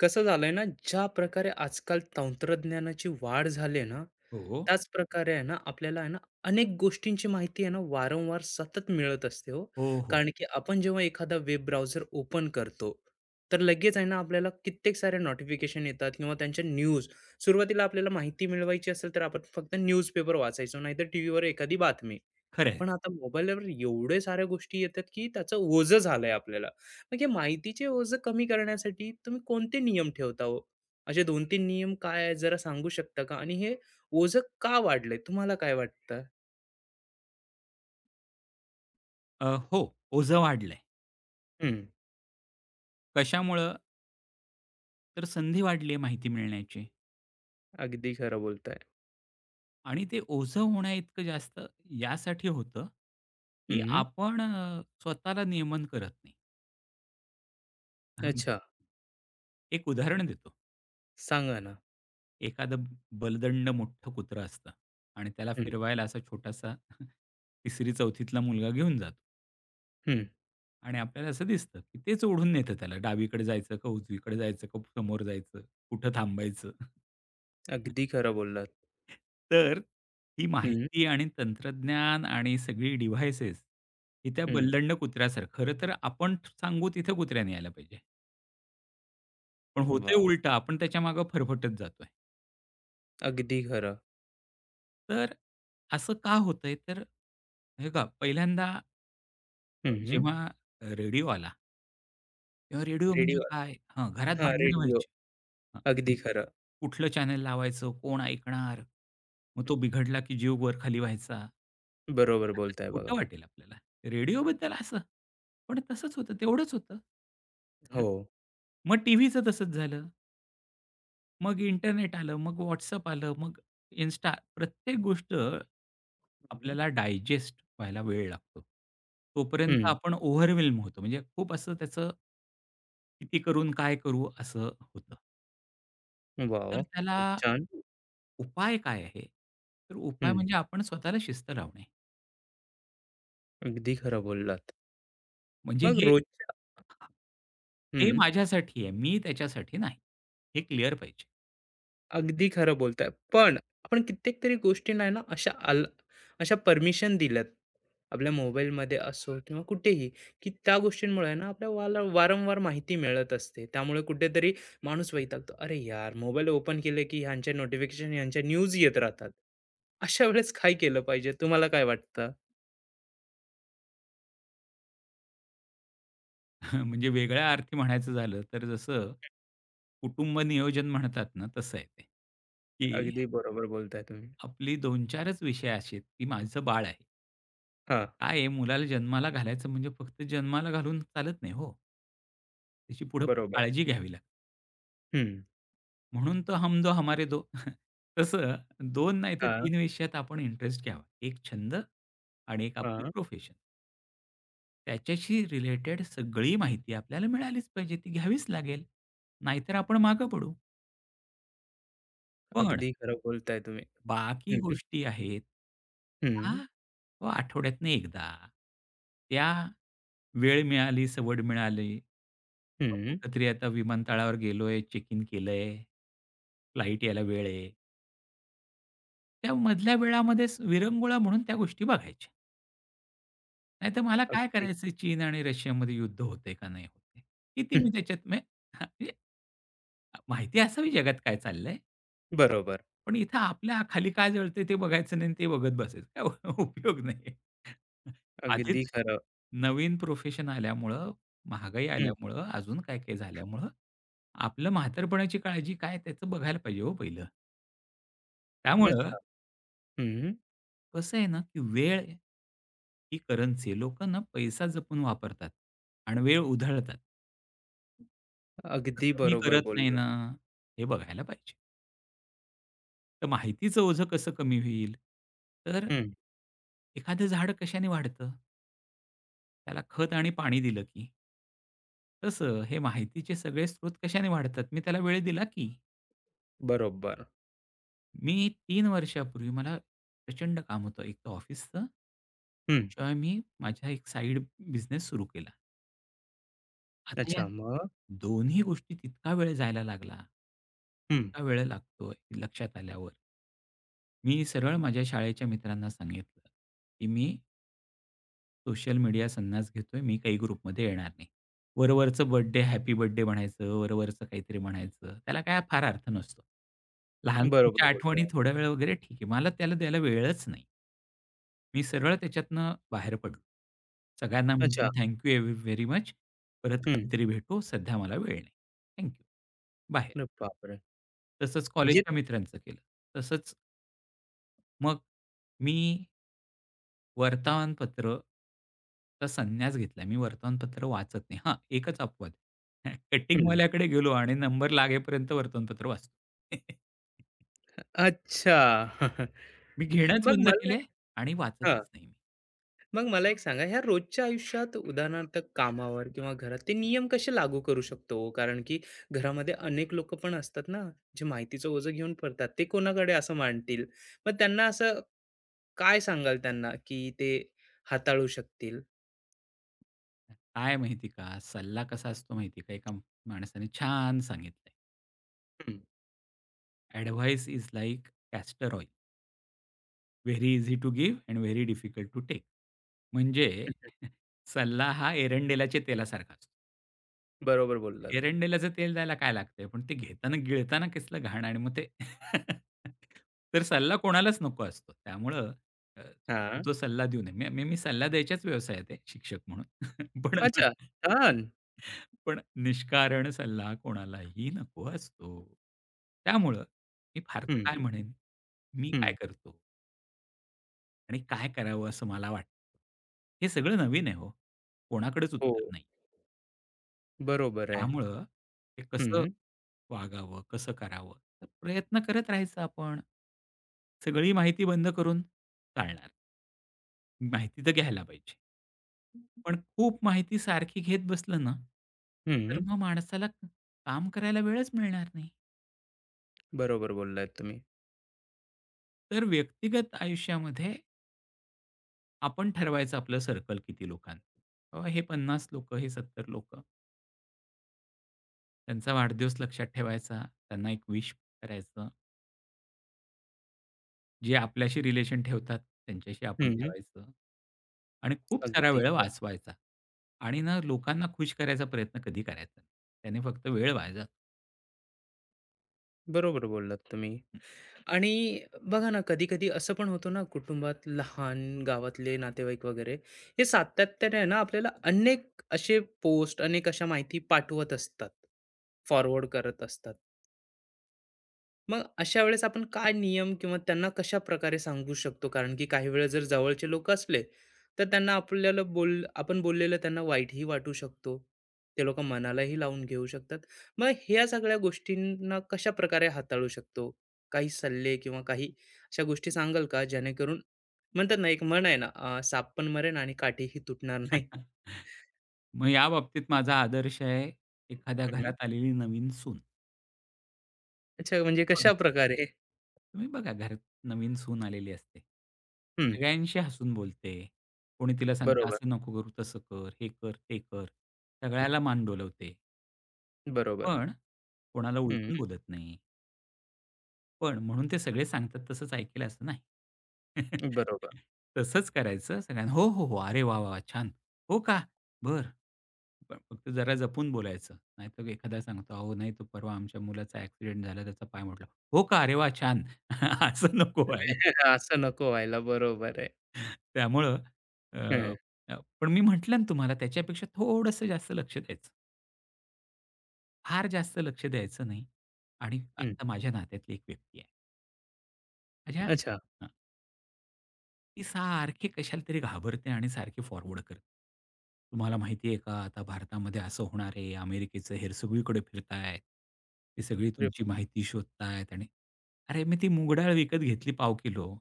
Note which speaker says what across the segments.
Speaker 1: कसं झालंय ना, ज्या प्रकारे आजकाल तंत्रज्ञानाची वाढ झाली ना,
Speaker 2: हो,
Speaker 1: त्याच प्रकारे आहे ना, आपल्याला आहे ना, अनेक गोष्टींची माहिती आहे ना, वारंवार सतत मिळत असते हो.
Speaker 2: हो, हो.
Speaker 1: कारण की आपण जेव्हा एखादा वेब ब्राउझर ओपन करतो, तर लगेच आहे ना, आपल्याला कित्येक साऱ्या नोटिफिकेशन येतात किंवा त्यांच्या न्यूज. सुरुवातीला आपल्याला माहिती मिळवायची असेल, तर आपण फक्त न्यूजपेपर वाचायचो, नाहीतर टीव्हीवर एखादी बातमी.
Speaker 2: खरं आहे.
Speaker 1: पण आता मोबाईलवर एवढे साऱ्या गोष्टी येतात, की त्याचं ओझं झालंय आपल्याला. म्हणजे माहितीचे ओझं कमी करण्यासाठी तुम्ही कोणते नियम ठेवता हो? असे 2-3 नियम काय आहेत जरा सांगू शकता का? आणि हे ओझं का वाढलंय? तुम्हाला काय वाटतं?
Speaker 2: हो, ओझं वाढलंय.
Speaker 1: हं,
Speaker 2: कशामुळं? तर संधी वाढली आहे माहिती मिळण्याची
Speaker 1: अगदी खरं बोलताय.
Speaker 2: आणि ते ओझं होण्याइतकं जास्त यासाठी होतं, की
Speaker 1: हं,
Speaker 2: आपण स्वतःला नियमन करत नाही. अहं,
Speaker 1: अच्छा.
Speaker 2: एक उदाहरण देतो.
Speaker 1: सांगा ना.
Speaker 2: एखादं बलदंड मोठं कुत्रं असतं आणि त्याला
Speaker 1: हं,
Speaker 2: फिरवायला असा छोटासा 3री-4थीतला मुलगा घेऊन जातो
Speaker 1: हं.
Speaker 2: आणि आपल्याला असं दिसतं, की तेच ओढून नेतं त्याला. डावीकडे जायचं का उजवीकडे जायचं का समोर जायचं? कुठं थांबायचं?
Speaker 1: अगदी खरं बोललात.
Speaker 2: तर ही
Speaker 1: हं,
Speaker 2: माहिती आणि तंत्रज्ञान आणि सगळी डिव्हाइसेस ही त्या
Speaker 1: हं.
Speaker 2: बल्लंड कुत्र्यासारखं खरं तर आपण सांगू तिथं कुत्र्याने यायला पाहिजे. पण होतंय
Speaker 1: वाह!
Speaker 2: उलटं, आपण त्याच्या मागे फरफटत जातोय.
Speaker 1: अगदी खरं.
Speaker 2: तर असं का होतंय? तर हे का पहिल्यांदा
Speaker 1: हं, हं.
Speaker 2: जेव्हा रेडिओ आला, तेव्हा रेडिओ म्हणजे
Speaker 1: रेडिओ
Speaker 2: काय? हां, घरात
Speaker 1: हां,
Speaker 2: भांडणं
Speaker 1: रेडिओ.
Speaker 2: व्हायची.
Speaker 1: अगदी खरं.
Speaker 2: कुठलं चॅनल लावायचं? कोण ऐकणार? मग तो बिघडला की जीव वर खाली व्हायचा.
Speaker 1: हं, बरोबर
Speaker 2: आता
Speaker 1: बोलताय बघा.
Speaker 2: खोटं वाटेल आपल्याला. रेडिओबद्दल असं. पण तसंच होतं, तेवढंच होतं.
Speaker 1: हो.
Speaker 2: मग टीव्हीचं तसंच झालं. मग इंटरनेट आलं, मग WhatsApp आलं, मग Insta. प्रत्येक गोष्ट
Speaker 1: हं,
Speaker 2: आपल्याला डायजेस्ट व्हायला वेळ लागतो. तोपर्यंत
Speaker 1: हं.
Speaker 2: आपण ओव्हरवेल्म होतो. म्हणजे खूप असं त्याचं किती करून काय करू असं होतं. तर
Speaker 1: वॉव!
Speaker 2: त्याला
Speaker 1: खूप छान.
Speaker 2: उपाय काय आहे? तर उपाय हं.
Speaker 1: हं,
Speaker 2: म्हणजे आपण स्वतःला शिस्त लावणे.
Speaker 1: अगदी खरं बोललात.
Speaker 2: म्हणजे
Speaker 1: मग
Speaker 2: हे
Speaker 1: रोजच्या
Speaker 2: हे माझ्यासाठी आहे, मी त्याच्यासाठी नाही. हे क्लिअर पाहिजे.
Speaker 1: अगदी खरं बोलताय. पण आपण कित्येक तरी गोष्टींना आहे ना अशा परमिशन दिल्यात. आपल्या मोबाईलमध्ये असो किंवा कुठेही, की त्या गोष्टींमुळे आहे ना आपल्या वाला वारंवार माहिती मिळत असते. त्यामुळे कुठेतरी माणूस वैतागतो. "अरे यार, मोबाईल ओपन केले की ह्यांच्या नोटिफिकेशन, ह्यांच्या न्यूज येत राहतात." अशा वेळेस काय केलं पाहिजे? तुम्हाला काय वाटतं?
Speaker 2: म्हणजे वेगळ्या अर्थी म्हणायचं झालं तर जसं कुटुंब नियोजन म्हणतात ना, तसं आहे ते, की
Speaker 1: अगदी बरोबर बोलताय तुम्ही.
Speaker 2: आपली 2-4च विषय असे आहेत, की माझं बाळ आहे.
Speaker 1: हां,
Speaker 2: काय आहे मुलाला जन्माला घालायचं म्हणजे फक्त जन्माला घालून चालत नाही हो. त्याची पुढे
Speaker 1: बरोबर.
Speaker 2: काळजी घ्यावी लागते.
Speaker 1: हं.
Speaker 2: म्हणून तर हम दो हमारे दो. तसं 2 नाही तर
Speaker 1: हां,
Speaker 2: 3 विषयात आपण इंटरेस्ट घ्यावा. एक छंद आणि एक आपलं
Speaker 1: हां.
Speaker 2: प्रोफेशन. त्याच्याशी रिलेटेड सगळी माहिती आपल्याला मिळालीच पाहिजे. ती घ्यावीच लागेल. नाहीतर आपण मागे पडू. पण
Speaker 1: अगदी खरं बोलताय तुम्ही.
Speaker 2: बाकी
Speaker 1: हं,
Speaker 2: गोष्टी आहेत, त्या
Speaker 1: हं,
Speaker 2: हो, आठवड्यातनं एकदा. त्या वेळ मिळाली, सवड मिळाली.
Speaker 1: हं.
Speaker 2: कुठेतरी आता विमानतळावर गेलोय, चेक इन केलंय, फ्लाइट यायला वेळ आहे. त्या मधल्या वेळामध्येच विरंगुळा म्हणून त्या गोष्टी बघायच्या. नाहीतर मला काय
Speaker 1: अगदी.
Speaker 2: करायचंय चीन आणि रशियामध्ये युद्ध होते का नाही होतंय? किती मी त्याच्यात मे हां, म्हणजे माहिती असावी जगात काय चाललंय,
Speaker 1: बरोबर.
Speaker 2: पण इथं आपल्या खाली काय जळतंय ते बघायचं नाही आणि ते बघत बसायचं. काय उपयोग नाही. आधीच
Speaker 1: अगदी खरं.
Speaker 2: नवीन प्रोफेशन आल्यामुळं, महागाई
Speaker 1: हं.
Speaker 2: आल्यामुळं, अजून काय-काय झाल्यामुळं आपलं म्हातारपणाची काळजी काय त्याचं बघायला पाहिजे हो पहिलं. त्यामुळं
Speaker 1: अच्छा. हं.
Speaker 2: कसं आहे ना, की वेळ ही करन्सी आहे. ना पैसा जपून वापरतात आणि वेळ उधळतात.
Speaker 1: अगदी
Speaker 2: तसं मी
Speaker 1: बरोबर
Speaker 2: करत नाही
Speaker 1: बोलला.
Speaker 2: ना, हे बघायला पाहिजे. तर माहितीचं ओझं कसं कमी होईल? तर
Speaker 1: हं.
Speaker 2: एखादं झाड कशाने वाढतं? त्याला खत आणि पाणी दिलं की. तसं हे माहितीचे सगळे स्रोत कशाने वाढतात? मी त्याला वेळ दिला की.
Speaker 1: बरोबर.
Speaker 2: मी 3 वर्षापूर्वी मला प्रचंड काम होतं, एक तर ऑफिसचं,
Speaker 1: हं.
Speaker 2: शिवाय मी माझा एक साइड बिझनेस सुरू केला. आता या
Speaker 1: अच्छा मग?
Speaker 2: दोन्ही गोष्टी तितका वेळ जायला लागला,
Speaker 1: हं.
Speaker 2: इतका वेळ लागतोय लक्षात आल्यावर. मी सरळ माझ्या शाळेच्या मित्रांना सांगितलं, की मी सोशल मीडिया संन्यास घेतोय, मी काही ग्रुपमध्ये येणार नाही. वरवरचं बर्थडे, हॅपी बर्थडे म्हणायचं, वरवरचं काहीतरी म्हणायचं. त्याला काय फार अर्थ नसतो. लहानपणीच्या
Speaker 1: बरोबर
Speaker 2: आठवणी
Speaker 1: बोलतोय.
Speaker 2: थोडा वेळ वगैरे ठीक आहे. मला त्याला द्यायला वेळच नाही. मी सरळ त्याच्यातनं बाहेर पडलो. सगळ्यांना
Speaker 1: अच्छा.
Speaker 2: म्हटलं, "थँक एव्ह व्हेरी मच. परत
Speaker 1: हं.
Speaker 2: कधीतरी भेटू. सध्या मला वेळ नाही. थँक बाहेर.
Speaker 1: अरे बापरे!
Speaker 2: तसंच
Speaker 1: म्हणजे
Speaker 2: कॉलेजच्या मित्रांचं केलं. तसंच मग मी वर्तमानपत्रचा संन्यास घेतलाय. मी वर्तमानपत्र वाचत नाही. हां, एकच अपवाद.
Speaker 1: हं.
Speaker 2: कटिंगवाल्याकडे गेलो आणि नंबर लागेपर्यंत वर्तमानपत्र वाचतो.
Speaker 1: अच्छा.
Speaker 2: मी घेणंच
Speaker 1: मग
Speaker 2: बंद
Speaker 1: मला
Speaker 2: केलंय
Speaker 1: एक
Speaker 2: आणि
Speaker 1: हां.
Speaker 2: वाचतच नाही मी.
Speaker 1: मग मला एक सांगा, ह्या रोजच्या आयुष्यात उदाहरणार्थ कामावर किंवा घरात ते नियम कसे लागू करू शकतो हो? कारण की घरामध्ये अनेक लोकं पण असतात ना, जे माहितीचं ओझं घेऊन पडतात. ते कोणाकडे असं मांडतील? मग त्यांना असं काय सांगाल त्यांना, की ते हाताळू शकतील?
Speaker 2: काय माहिती का, सल्ला कसा असतो माहिती का, एका माणसाने छान सांगितलंय.
Speaker 1: हं.
Speaker 2: "Advice is like castor oil. Very easy to give and very difficult to take." म्हणजे
Speaker 1: हं.
Speaker 2: सल्ला हा एरंडेलाच्या तेलासारखा असतो.
Speaker 1: बरोबर बोललात.
Speaker 2: एरंडेलाचं तेल द्यायला काय लागतंय, पण ते घेताना गिळताना कसलं घाण आणि मग ते तर सल्ला कोणालाच नको असतो. त्यामुळं अ,
Speaker 1: हां.
Speaker 2: शक्यतो सल्ला देऊ नये. मी मी मी सल्ला द्यायच्याच व्यवसायात आहे शिक्षक म्हणून. पण
Speaker 1: अच्छा. छान.
Speaker 2: पण निष्कारण सल्ला कोणालाही नको असतो. त्यामुळं मी फारसं
Speaker 1: हं,
Speaker 2: काय म्हणेन, मी काय
Speaker 1: हं.
Speaker 2: करतो आणि काय करावं असं मला वाटतं. हे सगळं नवीन आहे हो. कोणाकडेच
Speaker 1: हो,
Speaker 2: उत्तर नाही.
Speaker 1: बरोबर आहे.
Speaker 2: त्यामुळं ते कसं
Speaker 1: हं,
Speaker 2: वागावं? कसं करावं? तर प्रयत्न करत राहायचा आपण. सगळी माहिती बंद करून चालणार. माहिती तर घ्यायला पाहिजे. पण खूप माहिती सारखी घेत बसलं ना, तर
Speaker 1: हं.
Speaker 2: मग माणसाला काम करायला वेळच मिळणार नाही.
Speaker 1: बरोबर बोललात तुम्ही.
Speaker 2: तर व्यक्तिगत आयुष्यामध्ये आपण ठरवायचं आपलं सर्कल किती लोकांचं. बाबा हे 50 लोकं, हे 70 लोकं. त्यांचा वाढदिवस लक्षात ठेवायचा. त्यांना एक विश करायचं. जे आपल्याशी रिलेशन ठेवतात त्यांच्याशी आपण
Speaker 1: हं.
Speaker 2: ठेवायचं आणि खूप सारा
Speaker 1: अगदी
Speaker 2: वेळ
Speaker 1: खरं.
Speaker 2: वाचवायचा आणि ना लोकांना खुश करायचा प्रयत्न कधी करायचा नाही. त्याने फक्त वेळ वाया जातो.
Speaker 1: बरोबर बोललात तुम्ही. आणि बघा ना, कधी-कधी असं पण होतं ना, कुटुंबात लहान गावातले नातेवाईक वगैरे हे सातत्याने आहे ना, आपल्याला अनेक असे पोस्ट, अनेक अशा माहिती पाठवत असतात, फॉरवर्ड करत असतात. मग अशा वेळेस आपण काय नियम किंवा त्यांना कशा प्रकारे सांगू शकतो? कारण की काही वेळा जर जवळचे लोक असले, तर त्यांना आपल्याला बोल आपण बोललेलं त्यांना वाईटही वाटू शकतो. ते लोक मनालाही लावून घेऊ शकतात. मग ह्या सगळ्या गोष्टींना कशा प्रकारे हाताळू शकतो? काही सल्ले किंवा काही अशा गोष्टी सांगाल का? जेणेकरून म्हणतात ना, एक म्हण आहे ना, "साप पण मरेन आणि काठीही तुटणार नाही."
Speaker 2: मग या बाबतीत माझा आदर्श आहे एखाद्या
Speaker 1: हं.
Speaker 2: घरात आलेली नवीन सून.
Speaker 1: अच्छा,
Speaker 2: तुम्ही
Speaker 1: म्हणजे
Speaker 2: बघा,
Speaker 1: कशा प्रकारे?
Speaker 2: तुम्ही बघा घरात नवीन सून आलेली असते. ती
Speaker 1: हं,
Speaker 2: सगळ्यांशी हसून बोलते. कोणी तिला सांगतं,
Speaker 1: बरोबर,
Speaker 2: "असं नको करू, तसं कर, हे कर, ते कर." सगळ्याला मान डोलवते,
Speaker 1: बरोबर.
Speaker 2: पण कोणाला
Speaker 1: हं,
Speaker 2: उलटून बोलत नाही. पण म्हणून ते सगळे सांगतात तसंच ऐकेल असं नाही.
Speaker 1: बरोबर.
Speaker 2: तसंच करायचं सगळ्यांना. "हो, हो, हो. अरे वाह, वाह, वाह! छान. हो का? बरं." पण फक्त जरा जपून बोलायचं. नाहीतर एखादा सांगतो, "अहो, नाही तो परवा आमच्या मुलाचा ॲक्सिडेंट झाला, त्याचा पाय मोडला." "हो का? अरे वाह! छान." असं नको व्हायला.
Speaker 1: असं नको व्हायला. बरोबर आहे.
Speaker 2: त्यामुळं अ,
Speaker 1: हं,
Speaker 2: अ, पण मी म्हटलं ना तुम्हाला त्याच्यापेक्षा थोडंसं जास्त लक्ष द्यायचं. फार जास्त लक्ष द्यायचं नाही आणि
Speaker 1: हं.
Speaker 2: आता माझ्या नात्यातली एक व्यक्ती आहे. माझ्या
Speaker 1: अच्छा.
Speaker 2: ती सारखी कशाला तरी घाबरते आणि सारखी फॉरवर्ड करते. तुम्हाला माहिती आहे का आता भारतामध्ये असं होणार आहे, अमेरिकेचं हेर सगळीकडे फिरतायत. ते सगळी
Speaker 1: अरे
Speaker 2: तुमची
Speaker 1: वाह!
Speaker 2: माहिती शोधतायत आणि अरे मी ती मूग डाळ विकत घेतली पाव किलो.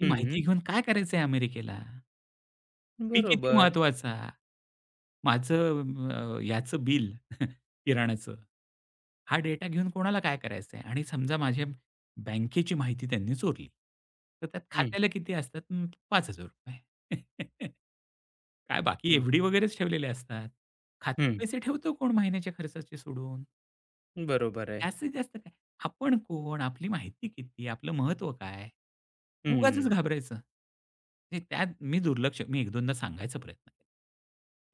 Speaker 2: ती माहिती
Speaker 1: हं,
Speaker 2: घेऊन काय करायचं आहे अमेरिकेला? मी किती
Speaker 1: बरोबर.
Speaker 2: महत्वाचा? माझं याचं बिल किराण्याचं हा डेटा घेऊन कोणाला काय करायचं आहे? आणि समजा माझ्या बँकेची माहिती त्यांनी चोरली, तर त्यात
Speaker 1: हं,
Speaker 2: खात्याला किती असतात? ₹5000 काय बाकी
Speaker 1: हं,
Speaker 2: एफ-डी वगैरेच ठेवलेले असतात. खात्यात
Speaker 1: हं.
Speaker 2: पैसे ठेवतो कोण महिन्याच्या खर्चाचे सोडून?
Speaker 1: बरोबर आहे.
Speaker 2: जास्तीत जास्त काय? आपण कोण? आपली माहिती किती? आपलं महत्त्व काय? उगाचच
Speaker 1: हं,
Speaker 2: घाबरायचं. ते त्यात मी दुर्लक्ष मी 1-2दा सांगायचा प्रयत्न केला.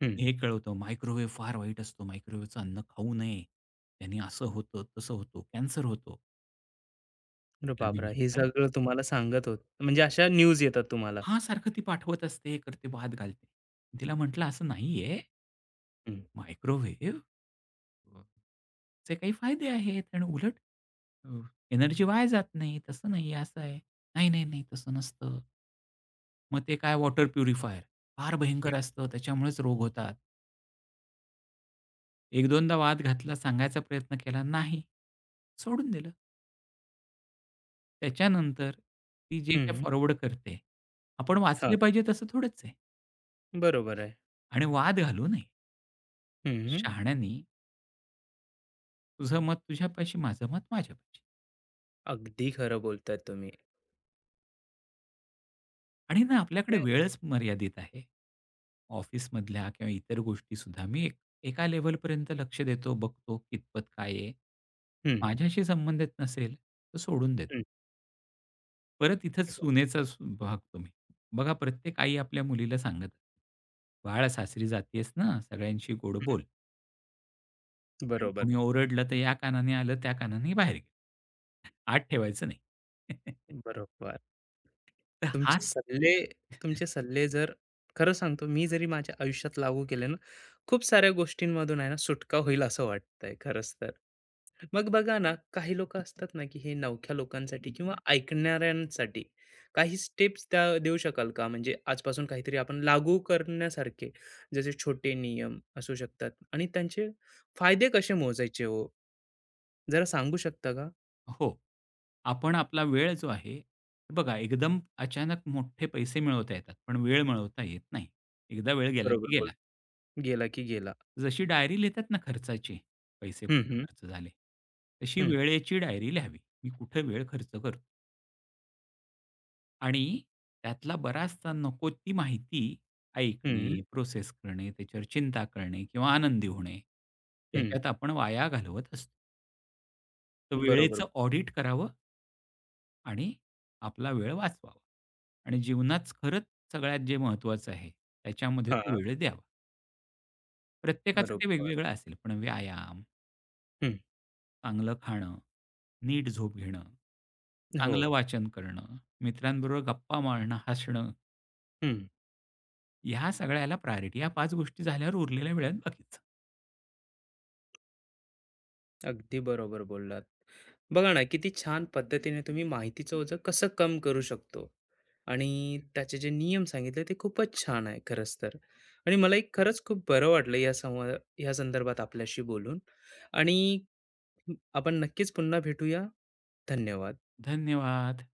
Speaker 1: हं.
Speaker 2: मी हे कळवतो, "मायक्रोवेव्ह फार वाईट असतो. मायक्रोवेव्हचं अन्न खाऊ नये. त्याने असं होतं, तसं होतं, कॅन्सर होतो."
Speaker 1: अरे
Speaker 2: तिला मी
Speaker 1: बापरे! हे
Speaker 2: म्हटलं
Speaker 1: सगळं तुम्हाला सांगत होत म्हणजे अशा न्यूज येतात तुम्हाला.
Speaker 2: हां, सारखं ती पाठवत असते, हे करते, वाद घालते. तिला म्हटलं, "असं नाहीये.
Speaker 1: हं,
Speaker 2: मायक्रोवेव्ह चे काही फायदे आहेत आणि उलट एनर्जी वाया जात नाही. तसं नाही आहे, असं आहे." "नाही, नाही, नाही, तसं नसतं. मग ते काय वॉटर प्युरिफायर फार भयंकर असतं. त्याच्यामुळेच रोग होतात." 1-2दा वाद घातला, सांगायचा प्रयत्न केला, नाही. सोडून दिलं. त्याच्यानंतर ती जे काही
Speaker 1: हं, हं.
Speaker 2: फॉरवर्ड करते, आपण वाचले
Speaker 1: हां,
Speaker 2: पाहिजे तसं थोडंच आहे
Speaker 1: बरोबर आहे.
Speaker 2: आणि वाद घालू नये.
Speaker 1: हं, हं.
Speaker 2: शहाण्यानी तुझं मत तुझ्यापाशी, माझं मत माझ्यापाशी.
Speaker 1: अगदी खरं बोलताय तुम्ही.
Speaker 2: आणि ना आपल्याकडे
Speaker 1: हं,
Speaker 2: वेळच मर्यादित आहे. ऑफिसमधल्या किंवा इतर गोष्टी गोष्टीसुद्धा मी एका लेव्हलपर्यंत लक्ष देतो, बघतो कितपत काय आहे.
Speaker 1: हं.
Speaker 2: माझ्याशी संबंधित नसेल तर सोडून देतो.
Speaker 1: हं.
Speaker 2: परत इथंच सुनेचाच भाग तुम्ही. बघा प्रत्येक आई आपल्या मुलीला सांगत असते, "बाळा सासरी जातीयेस ना, सगळ्यांशी गोड बोल आणि
Speaker 1: बरोबर,
Speaker 2: कुणी ओरडलं तर या कानाने आलं, त्या कानाने बाहेर गेलं. आत ठेवायचं नाही."
Speaker 1: बरोबर.
Speaker 2: तर
Speaker 1: तुमचे
Speaker 2: हाच
Speaker 1: सल्ले तुमचे सल्ले जर खरं सांगतो मी जरी माझ्या आयुष्यात लागू केले ना खूप साऱ्या गोष्टींमधून आहे ना सुटका होईल असं वाटतंय खरंच तर मग बघा ना काही लोक असतात ना की हे नवख्या लोकांसाठी किंवा ऐकणाऱ्यांसाठी काही स्टेप्स त्या देऊ शकाल का म्हणजे आजपासून काहीतरी आपण लागू करण्यासारखे जसे छोटे नियम असू शकतात आणि त्यांचे फायदे कसे मोजायचे हो जरा सांगू शकता का
Speaker 2: हो. आपण आपला वेळ जो आहे, बघा एकदम अचानक मोठे पैसे मिळवता येतात, पण वेळ मिळवता येत नाही. एकदा वेळ गेला की
Speaker 1: बरोबर
Speaker 2: गेला.
Speaker 1: बोल गेला की गेला
Speaker 2: जशी डायरी लिहितात ना खर्चाची, पैसे
Speaker 1: हम्म
Speaker 2: कुठे
Speaker 1: हम्म
Speaker 2: खर्च झाले, तशी
Speaker 1: हम्म
Speaker 2: वेळेची डायरी लिहावी. मी कुठे वेळ खर्च करतो आणि त्यातला बराचसा नको ती माहिती ऐकणे,
Speaker 1: हम्म
Speaker 2: प्रोसेस करणे, त्याच्यावर चिंता करणे किंवा आनंदी होणे,
Speaker 1: हम्म
Speaker 2: याच्यात आपण वाया घालवत असतो. तर
Speaker 1: बरोबर.
Speaker 2: वेळेचं ऑडिट करावं आणि आपला वेळ वाचवावा. आणि जीवनात खरंच सगळ्यात जे महत्त्वाचं आहे, त्याच्यामध्ये
Speaker 1: हां,
Speaker 2: तो वेळ द्यावा. प्रत्येकाचं ते
Speaker 1: बरोबर.
Speaker 2: वेगवेगळं असेल, पण व्यायाम,
Speaker 1: हं,
Speaker 2: चांगलं खाणं, नीट झोप घेणं,
Speaker 1: हो.
Speaker 2: चांगलं वाचन करणं, मित्रांबरोबर गप्पा मारणं, हसणं,
Speaker 1: हं,
Speaker 2: ह्या सगळ्याला प्रायोरिटी. या 5 गोष्टी झाल्यावर उरलेल्या वेळात बाकीचं.
Speaker 1: अगदी बरोबर बोललात. बघा ना, किती छान पद्धतीने तुम्ही माहितीचं ओझं कसं कम करू शकतो आणि त्याचे जे नियम सांगितले ते खूपच छान आहे खरंच तर. आणि मलाही खरंच खूप बरं वाटलं या संदर्भात आपल्याशी बोलून आणि आपण नक्कीच पुन्हा भेटूया. धन्यवाद.
Speaker 2: धन्यवाद.